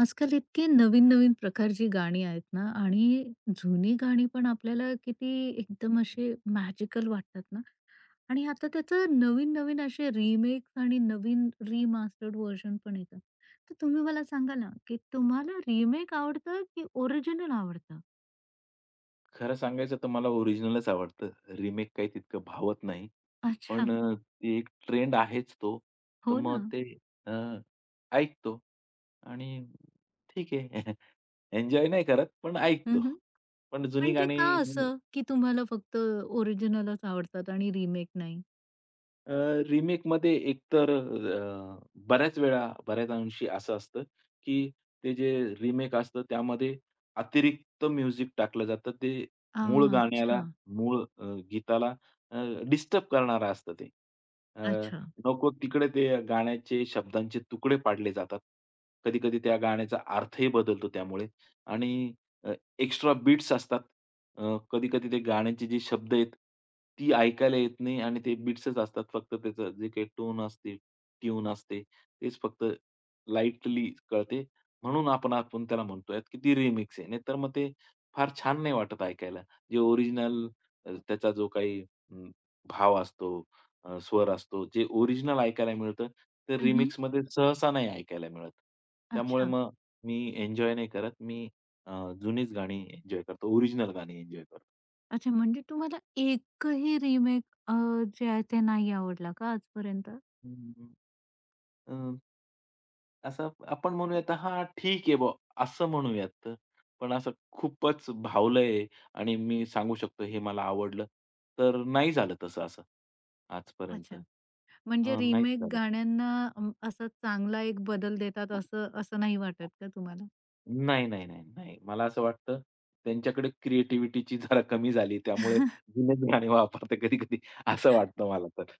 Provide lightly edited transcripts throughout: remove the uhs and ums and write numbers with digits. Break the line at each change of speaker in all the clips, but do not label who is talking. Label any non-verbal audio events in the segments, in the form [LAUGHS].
आजकाल इतके नवीन-नवीन प्रकारची गाणी आहेत ना आणि जुनी गाणी पण आपल्याला किती एकदम असे मॅजिकल वाटतात ना आणि आता त्याचं नवीन-नवीन असे रिमेक्स आणि नवीन रिमास्टर्ड व्हर्जन पण येतं. तर तुम्ही मला सांगा ना, की तुम्हाला रिमेक आवडतं की ओरिजिनल आवडतं?
खरं सांगायचं तर मला ओरिजिनलच आवडतं. रिमेक काही तितकं भावत नाही.
अच्छा.
पण अ, ती एक ट्रेंड आहेच तो. तर
हो ना.
मग ते अ, ऐकतो आणि ठीक आहे. [LAUGHS] एन्जॉय नाही करत, पण ऐकतो.
हं.
पण जुनी
पण ते का
गाणी
असं, की तुम्हाला फक्त ओरिजिनलच आवडतात आणि रिमेक नाही?
अ, रिमेकमध्ये एकतर बऱ्याच वेळा, बऱ्याच अंशी असं असतं, की ते जे रिमेक असतं त्यामध्ये अतिरिक्त म्युझिक टाकलं जातं. ते
आ,
मूळ
अच्छा.
गाण्याला, मूळ अ, गीताला अ, डिस्टर्ब करणारं असतं ते. अ,
अच्छा.
नको तिकडे ते गाण्याचे शब्दांचे तुकडे पाडले जातात. कधी-कधी त्या गाण्याचा अर्थही बदलतो त्यामुळे आणि अ, एक्स्ट्रा बीट्स असतात. कधी-कधी ते गाण्याचे जे शब्द आहेत, ती ऐकायला येत नाही आणि ते बीट्सच असतात. फक्त त्याचं जे काही टोन असते, ट्यून असते, तेच फक्त लाईटली कळते. म्हणून आपण आपण त्याला म्हणतोय की ती रिमिक्स आहे. नाहीतर मग ते फार छान नाही वाटत ऐकायला. जे ओरिजिनल त्याचा जो काही भाव असतो, स्वर असतो, जे ओरिजिनल ऐकायला मिळतं, ते
हं.
रिमिक्समध्ये सहसा नाही ऐकायला मिळत. त्यामुळे
अच्छा.
मग मी एन्जॉय नाही करत. जुनीच गाणी एन्जॉय करतो, ओरिजिनल गाणी एन्जॉय करतो.
अच्छा, म्हणजे तुम्हाला एकही रिमेक अ, जे आहे ते नाही आवडला का आजपर्यंत?
हं. अ, असं आपण म्हणूयात हां, ठीक आहे बुवा असं म्हणूयात. पण असं खूपच भावलंय आणि मी सांगू शकतो हे मला आवडलं, तर नाही झालं तसं असं आजपर्यंत.
अच्छा. म्हणजे
हं, नाहीच
रिमेक
झालं.
गाण्यांना असा चांगला एक बदल देतात असं असं नाही वाटत का तुम्हाला?
नाही, नाही, नाही, नाही. मला असं वाटतं त्यांच्याकडे क्रिएटिव्हिटीची जरा कमी झाली त्यामुळे जुनेच गाणे वापरते कधी-कधी असं वाटतं मला तर.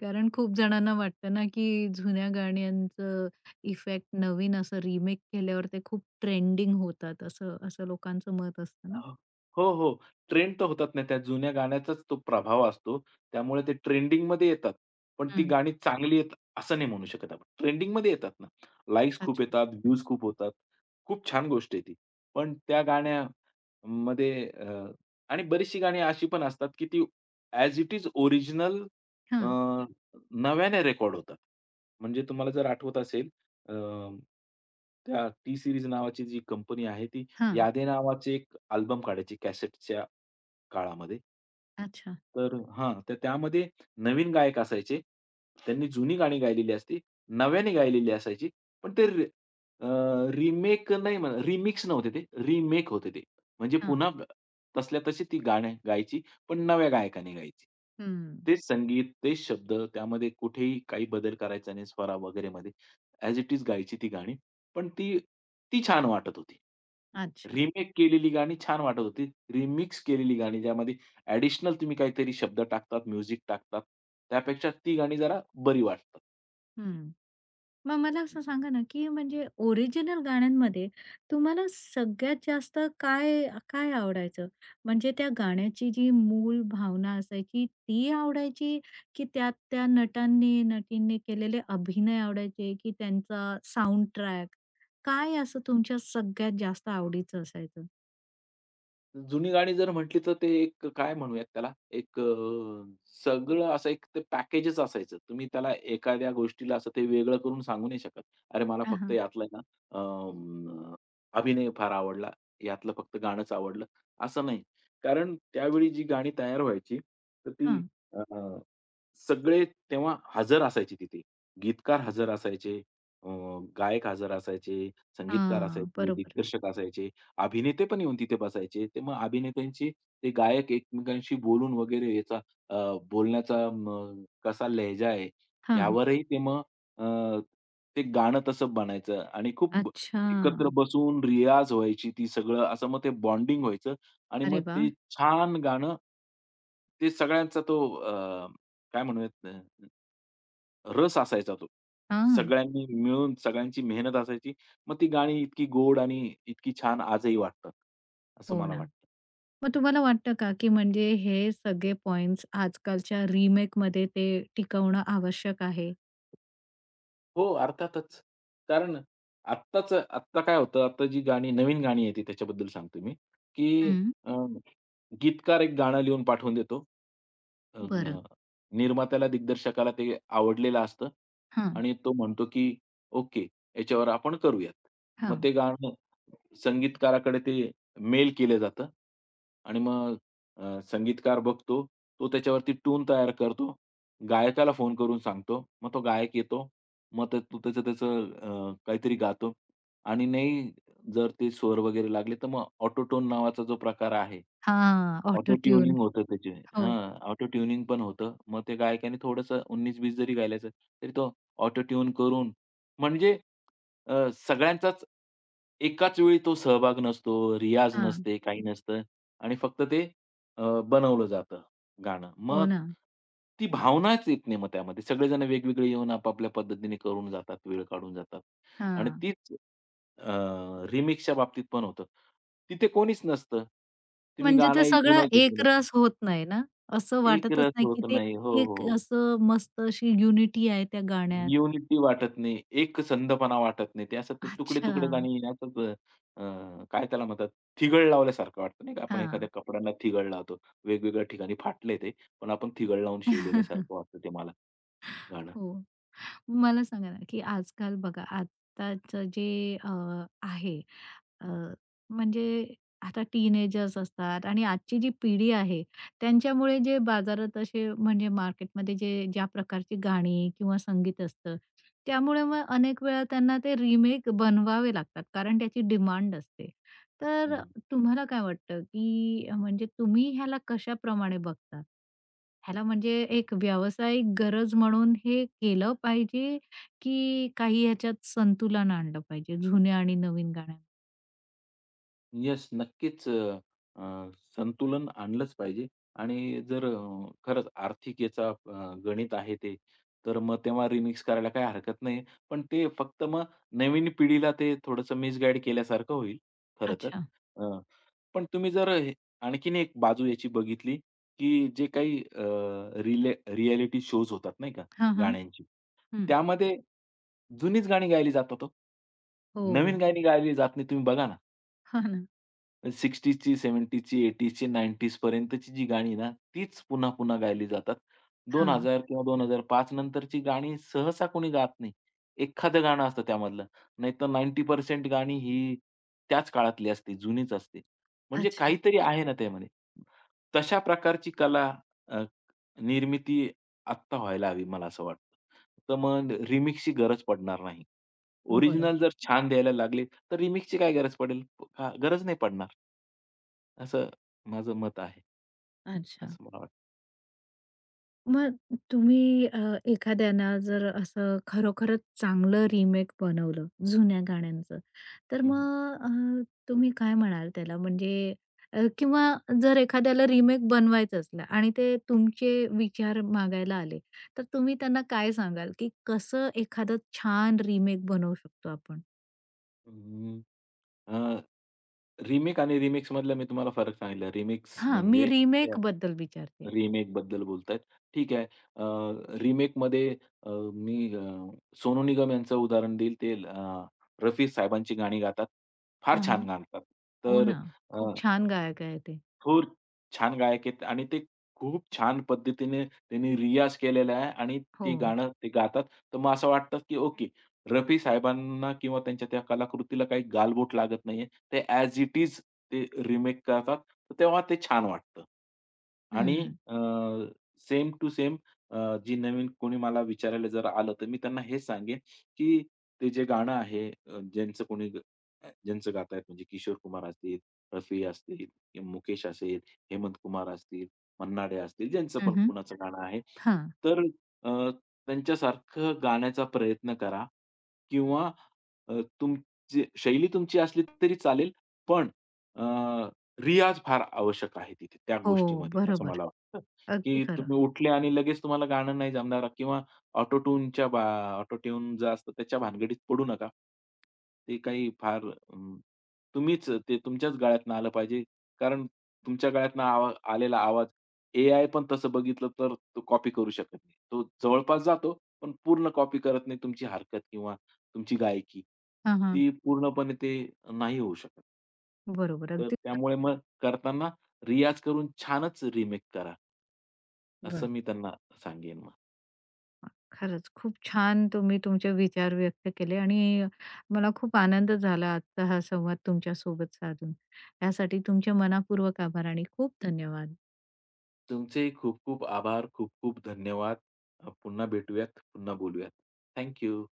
कारण खूप जणांना वाटतं ना, की जुन्या गाण्यांचं इफेक्ट नवीन असं रिमेक केल्यावर ते खूप ट्रेंडिंग होतात असं असं लोकांचं मत असतं ना?
हो, हो, हो. ट्रेंड तर होतात नाही. त्या जुन्या गाण्याचाच तो प्रभाव असतो. त्यामुळे ते ट्रेंडिंगमध्ये येतात. पण ती
हं.
गाणी चांगली आहेत असं नाही म्हणू शकत आपण. ट्रेंडिंगमध्ये येतात ना. लाइक्स खूप
अच्छा.
येतात, व्ह्यूज खूप होतात. खूप छान गोष्ट आहे ती. पण त्या गाण्यामध्ये अ, आणि बरीचशी गाणी अशी पण असतात, की ती as it is original uh,
हां,
नव्याने रेकॉर्ड होतात. म्हणजे तुम्हाला जर आठवत असेल अ, त्या टी सीरीज नावाची जी कंपनी आहे ती
हां.
यादे नावाचे एक अल्बम काढायची कॅसेटच्या काळामध्ये.
अच्छा.
तर हां, तर त्यामध्ये नवीन गायक असायचे. त्यांनी जुनी गाणी गायलेली असती. नव्याने गायलेली असायची. पण ते रि अ, रिमेक नाही म्हणा रिमिक्स नव्हते ते, रिमेक होते ते. म्हणजे
हां.
पुन्हा ब- तसल्या तशी ती गाणी गायची, पण नव्या गायकाने गायची.
हं.
तेच संगीत, तेच शब्द, त्यामध्ये कुठेही काही बदल करायचा नाही स्वरा वगैरेमध्ये. ॲज इट इज गायची ती गाणी. पण ती, ती छान वाटत होती.
अच्छा.
रिमेक केलेली गाणी छान वाटत होती. रिमिक्स केलेली गाणी ज्यामध्ये ॲडिशनल तुम्ही काहीतरी शब्द टाकतात, म्युझिक टाकतात, त्यापेक्षा ती गाणी जरा बरी वाटतात.
हं. मग मला असं सांगा ना, की म्हणजे ओरिजिनल गाण्यांमध्ये तुम्हाला सगळ्यात जास्त काय काय आवडायचं? म्हणजे त्या गाण्याची जी मूळ भावना असायची ती आवडायची, की त्यात त्या नटांनी, नटींनी केलेले अभिनय आवडायचे, की त्यांचा साउंड ट्रॅक? काय असं तुमच्या सगळ्यात जास्त आवडीचं असायचं?
जुनी गाणी जर म्हटली तर ते एक काय म्हणूयात त्याला, एक अ, सगळं असं एक ते पॅकेजच असायचं. तुम्ही त्याला एखाद्या गोष्टीला असं ते वेगळं करून सांगू नाही शकत. अरे मला
हां,
फक्त
हां.
यातला आहे ना अ, अभिनय फार आवडला, यातलं फक्त गाणंच आवडलं, असं नाही. कारण त्यावेळी जी गाणी तयार व्हायची, तर ती
हां.
अ सगळे तेव्हा हजर असायचे तिथे. गीतकार हजर असायचे, अ, गायक हजर असायचे, संगीतकार असायचे,
बरोबर.
दिग्दर्शक असायचे, अभिनेते पण येऊन तिथे बसायचे. ते मग अभिनेत्यांची ते गायक एकमेकांशी बोलून वगैरे याचा अ, बोलण्याचा मग कसा लहजा आहे
हां.
यावरही ते मग अ, ते गाणं तसं बनायचं
अच्छा.
एकत्र बसून रियाज व्हायची ती सगळं असं मग ते बॉन्डिंग व्हायचं आणि मग
अरे वाह!
ते छान गाणं ते सगळ्यांचा तो काय म्हणूयात, रस असायचा तो.
हां.
सगळ्यांनी मिळून सगळ्यांची मेहनत असायची. मग ती गाणी इतकी गोड आणि इतकी छान आजही वाटतात, असं
हो
मला
ना.
वाटतं.
मग तुम्हाला वाटतं का, की म्हणजे हे सगळे पॉइंट्स आजकालच्या रिमेकमध्ये ते टिकवणं आवश्यक आहे?
हो, अर्थातच. कारण आत्ताचं आत्ता काय होतं, आत्ता जी गाणी नवीन गाणी येते त्याच्याबद्दल सांगतो मी, की
हं,
अ, गीतकार एक गाणं लिहून पाठवून देतो. अ,
बरं.
अ, निर्मात्याला, दिग्दर्शकाला ते आवडलेलं असतं
हां,
आणि तो म्हणतो, की "ओके, याच्यावर आपण करूयात." मग
हां.
ते गाणं संगीतकाराकडे ते मेल केलं जातं आणि मग संगीतकार बघतो. तो त्याच्यावरती ट्यून तयार करतो. गायकाला फोन करून सांगतो. मग तो गायक येतो. मग तो त्याचं त्याचं अ, काहीतरी गातो आणि नाही जर ते स्वर वगैरे लागले, तर मग ऑटोटोन नावाचा जो प्रकार आहे
हां,
ऑटो
ऑटो
ट्यूनिंग
ट्यून.
होतं त्याचे.
हो.
हां, ऑटो ट्यूनिंग पण होतं. मग ते गायकाने थोडंसं 19-20 जरी गायल्याचं, तरी तो ऑटो ट्यून करून म्हणजे सगळ्यांचाच एकाच वेळी तो सहभाग नसतो, रियाज
हां,
नसते, काही नसतं आणि फक्त ते अ, बनवलं जातं गाणं.
हो
मग
ना.
ती भावनाच येत नाही मग त्यामध्ये. सगळेजण वेगवेगळे येऊन आपापल्या पद्धतीने करून जातात, वेळ काढून जातात. आणि
हां.
तीच अ, रिमिक्सच्या बाबतीत पण होतं. तिथे कोणीच नसतं. तुम्ही
म्हणजे
गाणं
ते
एक
सगळं
जुनं घेतलेलं असतं.
एकरस होत नाही ना. असं
एक
वाटतच
रस
नाही, की
होत
ते
नाही. हो, हो,
एक
हो.
असं मस्त अशी युनिटी आहे त्या गाण्यात.
युनिटी वाटत नाही. एक संधपणा वाटत नाही. ते असं ते
अच्छा.
तुकडे-तुकडे गाणी असंच अ, काय त्याला म्हणतात, थिगळ लावल्यासारखं वाटतं नाही का? आपण एखाद्या
हां.
कपड्यांना थिगळ लावतो. वेगवेगळ्या ठिकाणी फाटले ते, पण आपण थिगळ लावून शिवलेल्यासारखं
[LAUGHS]
वाटतं ते मला गाणं.
हो. मला सांगा ना, की आजकाल बघा आत्ताचं जे आहे. अ, म्हणजे आता टीनेजर्स असतात आणि आजची जी पिढी आहे त्यांच्यामुळे जे बाजारात असे म्हणजे मार्केटमध्ये जे ज्या प्रकारची गाणी किंवा संगीत असतं, त्यामुळे मग अनेक वेळा त्यांना ते रिमेक बनवावे लागतात कारण त्याची डिमांड असते. तर तुम्हाला काय वाटतं, की म्हणजे तुम्ही ह्याला कशाप्रमाणे बघता? ह्याला म्हणजे एक व्यावसायिक गरज म्हणून हे केलं पाहिजे, की काही ह्याच्यात संतुलन आणलं पाहिजे जुन्या आणि नवीन गाण्या.
येस, नक्कीच अ, अ, संतुलन आणलंच पाहिजे आणि जर खरंच आर्थिक याचा गणित आहे ते, तर मग तेव्हा रिमिक्स करायला काही हरकत नाही. पण ते फक्त मग नवीन पिढीला ते थोडंसं मिसगाईड केल्यासारखं होईल खरं तर.
अच्छा.
अ, पण तुम्ही जर हे आणखीन एक बाजू याची बघितली, की जे काही रिएलिटी शोज होतात नाही का
हां, हां.
गाण्यांची,
हं.
त्यामध्ये जुनीच गाणी गायली जातात हो. नवीन
हो.
गाणी गायली जात नाही. तुम्ही बघा ना.
हां ना.
60ची, 70ची, 80ची, 90ज पर्यंतची जी गाणी ना, तीच पुन्हा-पुन्हा गायली जातात.
हां.
2000 किंवा 2005 नंतरची गाणी सहसा कोणी गात नाही. एखादं गाणं असतं त्यामधलं. नाहीतर 90% गाणी ही त्याच काळातली असते, जुनीच असते. म्हणजे
अच्छा.
काहीतरी आहे ना त्यामध्ये. तशा प्रकारची कला अ, निर्मिती आत्ता व्हायला हवी मला असं वाटतं. तर मग रिमिक्सची गरज पडणार नाही. ओरिजिनल
बरोबर.
जर छान द्यायला लागले, तर रिमिक्सची काय गरज पडेल? हां, गरज नाही पडणार. असं माझं मत आहे,
अच्छा.
असं मला वाटतं.
मग तुम्ही एखाद्याना जर असं खरोखरच चांगलं रिमेक बनवलं जुन्या गाण्यांचं, तर
हं, हं.
मग तुम्ही काय म्हणाल त्याला? म्हणजे किंवा जर एखाद्याला रिमेक बनवायचं असलं आणि ते तुमचे विचार मागायला आले, तर तुम्ही त्यांना काय सांगाल, की कसं एखादं छान रिमेक बनवू शकतो आपण?
हं. अ, रिमेक आणि रिमिक्समधला मी तुम्हाला फरक सांगितला.
हां, मी
अ,
रिमेकबद्दल विचारतेय.
रिमेकबद्दल बोलतायत. ठीक आहे. रिमेकमध्ये अ, मी अ, सोनू निगम यांचं उदाहरण देईल. ते रफी साहेबांची गाणी गातात. फार
हां, हां.
छान गातात.
हो
तर
ना.
अ,
खूप छान गायक आहे ते.
थोर छान गायक आहेत आणि ते खूप छान पद्धतीने त्यांनी रियाज केलेला आहे आणि ते
हो.
गाणं ते गातात. तर मग असं वाटतं की ओके रफी साहेबांना किंवा त्यांच्या त्या कलाकृतीला काही गालबोट लागत नाहीये. ते ॲज इट इज ते रिमेक करतात. तर तेव्हा ते छान वाटतं. आणि
हं.
सेम टू सेम जी नवीन कोणी मला विचारायला जर आलं, तर मी त्यांना हेच सांगेन, की ते जे गाणं आहे अ, ज्यांचं कोणी ग- अ, ज्यांचं गातायत म्हणजे किशोर कुमार असतील, रफी असतील, किंवा मुकेश असेल, हेमंत कुमार असतील, मन्ना असतील, ज्यांचं
हं,
पण
हं.
कुणाचं गाणं आहे.
हां.
तर अ, त्यांच्यासारखं गाण्याचा प्रयत्न करा किंवा अ, तुमची शैली तुमची असली तरी चालेल, पण अ, रियाज फार आवश्यक आहे तिथे त्या
हो,
गोष्टीमध्ये, असं
बरोबर.
मला वाटतं,
अगदी
की
खरं.
तुम्ही उठले आणि लगेच तुम्हाला गाणं नाही जमणार किंवा ऑटो बा ऑटो जे असतं त्याच्या भानगडीत पडू नका. ते काही फार अं, तुम्हीच ते तुमच्याच गळ्यातनं आलं पाहिजे कारण तुमच्या गळ्यातनं आलेला आवाज AI पण तसं बघितलं तर तो कॉपी करू शकत नाही. तो जवळपास जातो, पण पूर्ण कॉपी करत नाही तुमची हरकत किंवा तुमची गायकी.
हां, हां.
ती पूर्णपणे ते नाही होऊ शकत.
बरोबर.
तर
अगदी हां.
त्यामुळे मग करताना रियाज करून छानच रिमेक करा, असं
बरं.
मी त्यांना सांगेन मग.
खरंच खूप छान तुम्ही तुमचे विचार व्यक्त केले आणि मला खूप आनंद झाला आजचा हा संवाद तुमच्यासोबत साधून. त्यासाठी तुमचे मनापूर्वक आभार आणि खूप धन्यवाद.
तुमचेही खूप खूप आभार, खूप खूप धन्यवाद. पुन्हा भेटूयात, पुन्हा बोलूयात. थँक